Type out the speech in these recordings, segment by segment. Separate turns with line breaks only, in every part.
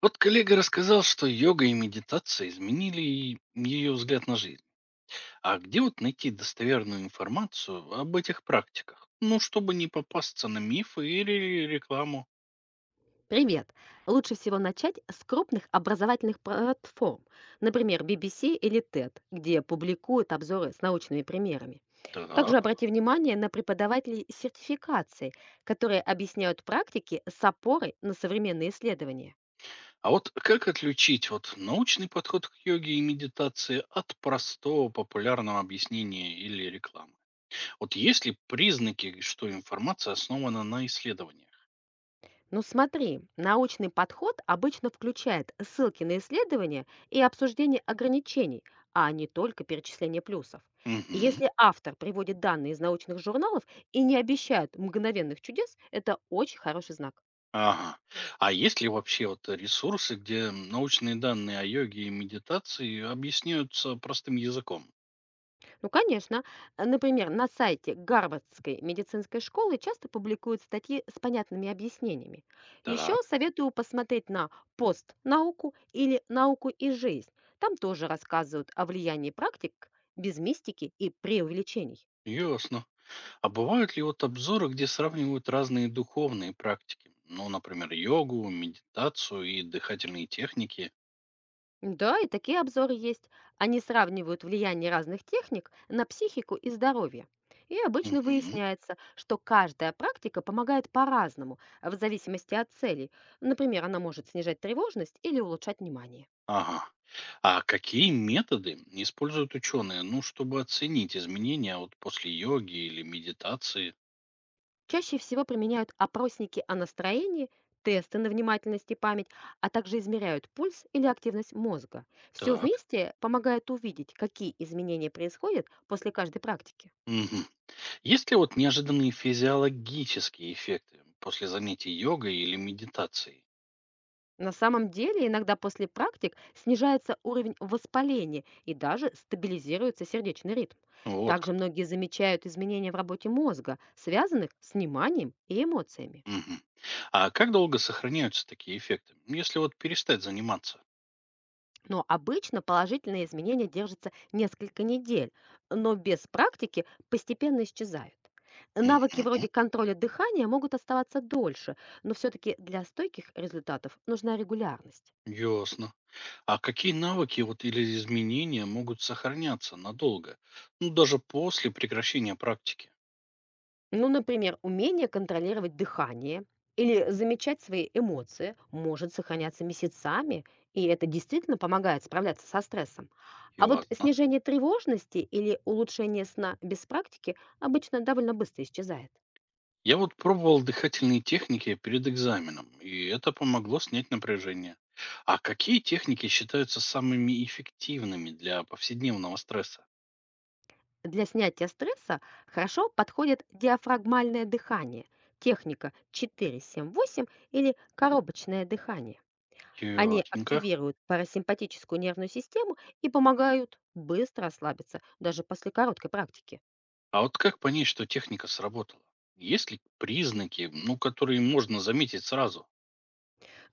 Вот коллега рассказал, что йога и медитация изменили ее взгляд на жизнь. А где вот найти достоверную информацию об этих практиках? Ну, чтобы не попасться на мифы или рекламу.
Привет! Лучше всего начать с крупных образовательных платформ, например, BBC или TED, где публикуют обзоры с научными примерами. Также
Так.
обрати внимание на преподавателей сертификации, которые объясняют практики с опорой на современные исследования.
А вот как отличить вот научный подход к йоге и медитации от простого популярного объяснения или рекламы? Вот есть ли признаки, что информация основана на исследованиях?
Ну смотри, научный подход обычно включает ссылки на исследования и обсуждение ограничений, а не только перечисление плюсов. И
Угу.
если автор приводит данные из научных журналов и не обещает мгновенных чудес, это очень хороший знак.
Ага. А есть ли вообще вот ресурсы, где научные данные о йоге и медитации объясняются простым языком?
Ну, конечно. Например, на сайте Гарвардской медицинской школы часто публикуют статьи с понятными объяснениями. Еще
Так,
советую посмотреть на пост «Науку» или «Науку и жизнь». Там тоже рассказывают о влиянии практик без мистики и преувеличений.
ясно. А бывают ли вот обзоры, где сравнивают разные духовные практики? Ну, например, йогу, медитацию и дыхательные техники?
Да, и такие обзоры есть. Они сравнивают влияние разных техник на психику и здоровье. И обычно
Мгм.
выясняется, что каждая практика помогает по-разному, в зависимости от целей. Например, она может снижать тревожность или улучшать внимание.
Ага. А какие методы используют ученые, ну, чтобы оценить изменения вот после йоги или медитации?
Чаще всего применяют опросники о настроении, тесты на внимательность и память, а также измеряют пульс или активность мозга. Все
Так.
вместе помогает увидеть, какие изменения происходят после каждой практики.
Мгм. Есть ли вот неожиданные физиологические эффекты после занятий йогой или медитацией?
На самом деле, иногда после практик снижается уровень воспаления и даже стабилизируется сердечный ритм.
Вот как.
Также многие замечают изменения в работе мозга, связанных с вниманием и эмоциями.
Мгм. А как долго сохраняются такие эффекты, если вот перестать заниматься?
Но обычно положительные изменения держатся несколько недель, но без практики постепенно исчезают. Навыки
Мгм.
вроде контроля дыхания могут оставаться дольше, но все-таки для стойких результатов нужна регулярность.
Ясно. А какие навыки вот или изменения могут сохраняться надолго, ну даже после прекращения практики?
Ну, например, умение контролировать дыхание или замечать свои эмоции может сохраняться месяцами, и это действительно помогает справляться со стрессом. А вот
Ясно.
снижение тревожности или улучшение сна без практики обычно довольно быстро исчезает.
Я вот пробовал дыхательные техники перед экзаменом, и это помогло снять напряжение. А какие техники считаются самыми эффективными для повседневного стресса?
Для снятия стресса хорошо подходит диафрагмальное дыхание, техника 4-7-8 или коробочное дыхание. Они
Ясненько.
активируют парасимпатическую нервную систему и помогают быстро расслабиться, даже после короткой практики.
А вот как понять, что техника сработала? Есть ли признаки, ну, которые можно заметить сразу?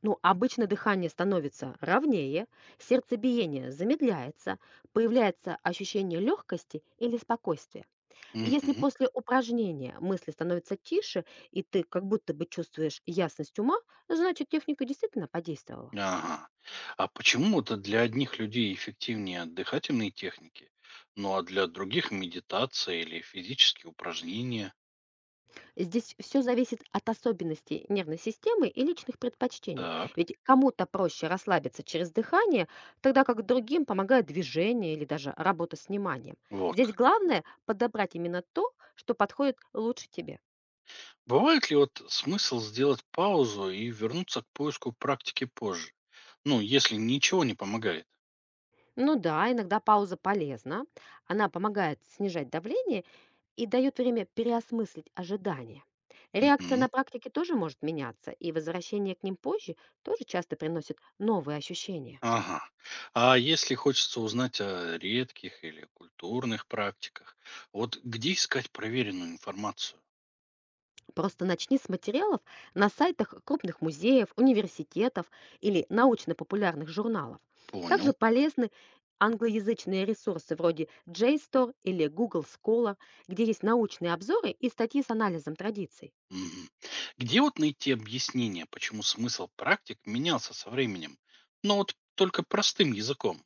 Ну, обычно дыхание становится ровнее, сердцебиение замедляется, появляется ощущение легкости или спокойствия. Если
Мгм.
после упражнения мысли становятся тише, и ты как будто бы чувствуешь ясность ума, значит техника действительно подействовала.
Ага. А почему это для одних людей эффективнее дыхательные техники, ну а для других медитация или физические упражнения?
Здесь все зависит от особенностей нервной системы и личных предпочтений.
Так,
Ведь кому-то проще расслабиться через дыхание, тогда как другим помогает движение или даже работа с вниманием.
вот
Здесь
как.
главное подобрать именно то, что подходит лучше тебе.
Бывает ли вот смысл сделать паузу и вернуться к поиску практики позже? Ну, если ничего не помогает.
Ну да, иногда пауза полезна. Она помогает снижать давление и дает время переосмыслить ожидания. Реакция
Мгм.
на практике тоже может меняться, и возвращение к ним позже тоже часто приносит новые ощущения.
Ага. А если хочется узнать о редких или культурных практиках, вот где искать проверенную информацию?
Просто начни с материалов на сайтах крупных музеев, университетов или научно-популярных журналов. Также
Понял.
полезны англоязычные ресурсы вроде JSTOR или Google Scholar, где есть научные обзоры и статьи с анализом традиций.
Мгм. Где вот найти объяснение, почему смысл практик менялся со временем? Но вот только простым языком.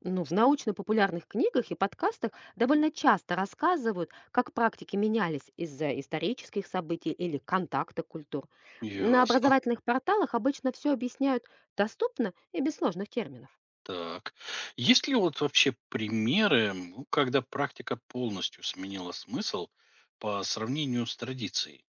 Ну, в научно-популярных книгах и подкастах довольно часто рассказывают, как практики менялись из-за исторических событий или контакта культур. На
Ясно.
образовательных порталах обычно все объясняют доступно и без сложных терминов.
Так. Есть ли вот вообще примеры, ну, когда практика полностью сменила смысл по сравнению с традицией?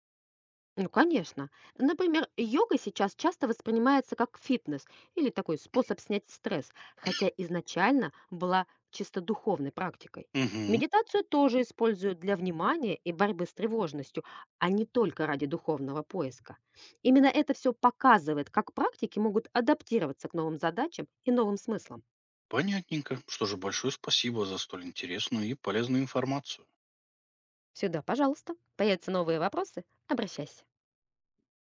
Ну, конечно. Например, йога сейчас часто воспринимается как фитнес или такой способ снять стресс, хотя изначально была чисто духовной практикой.
Угу.
Медитацию тоже используют для внимания и борьбы с тревожностью, а не только ради духовного поиска. Именно это все показывает, как практики могут адаптироваться к новым задачам и новым смыслам.
Понятненько. Что же, большое спасибо за столь интересную и полезную информацию.
Сюда, пожалуйста. Появятся новые вопросы? Обращайся.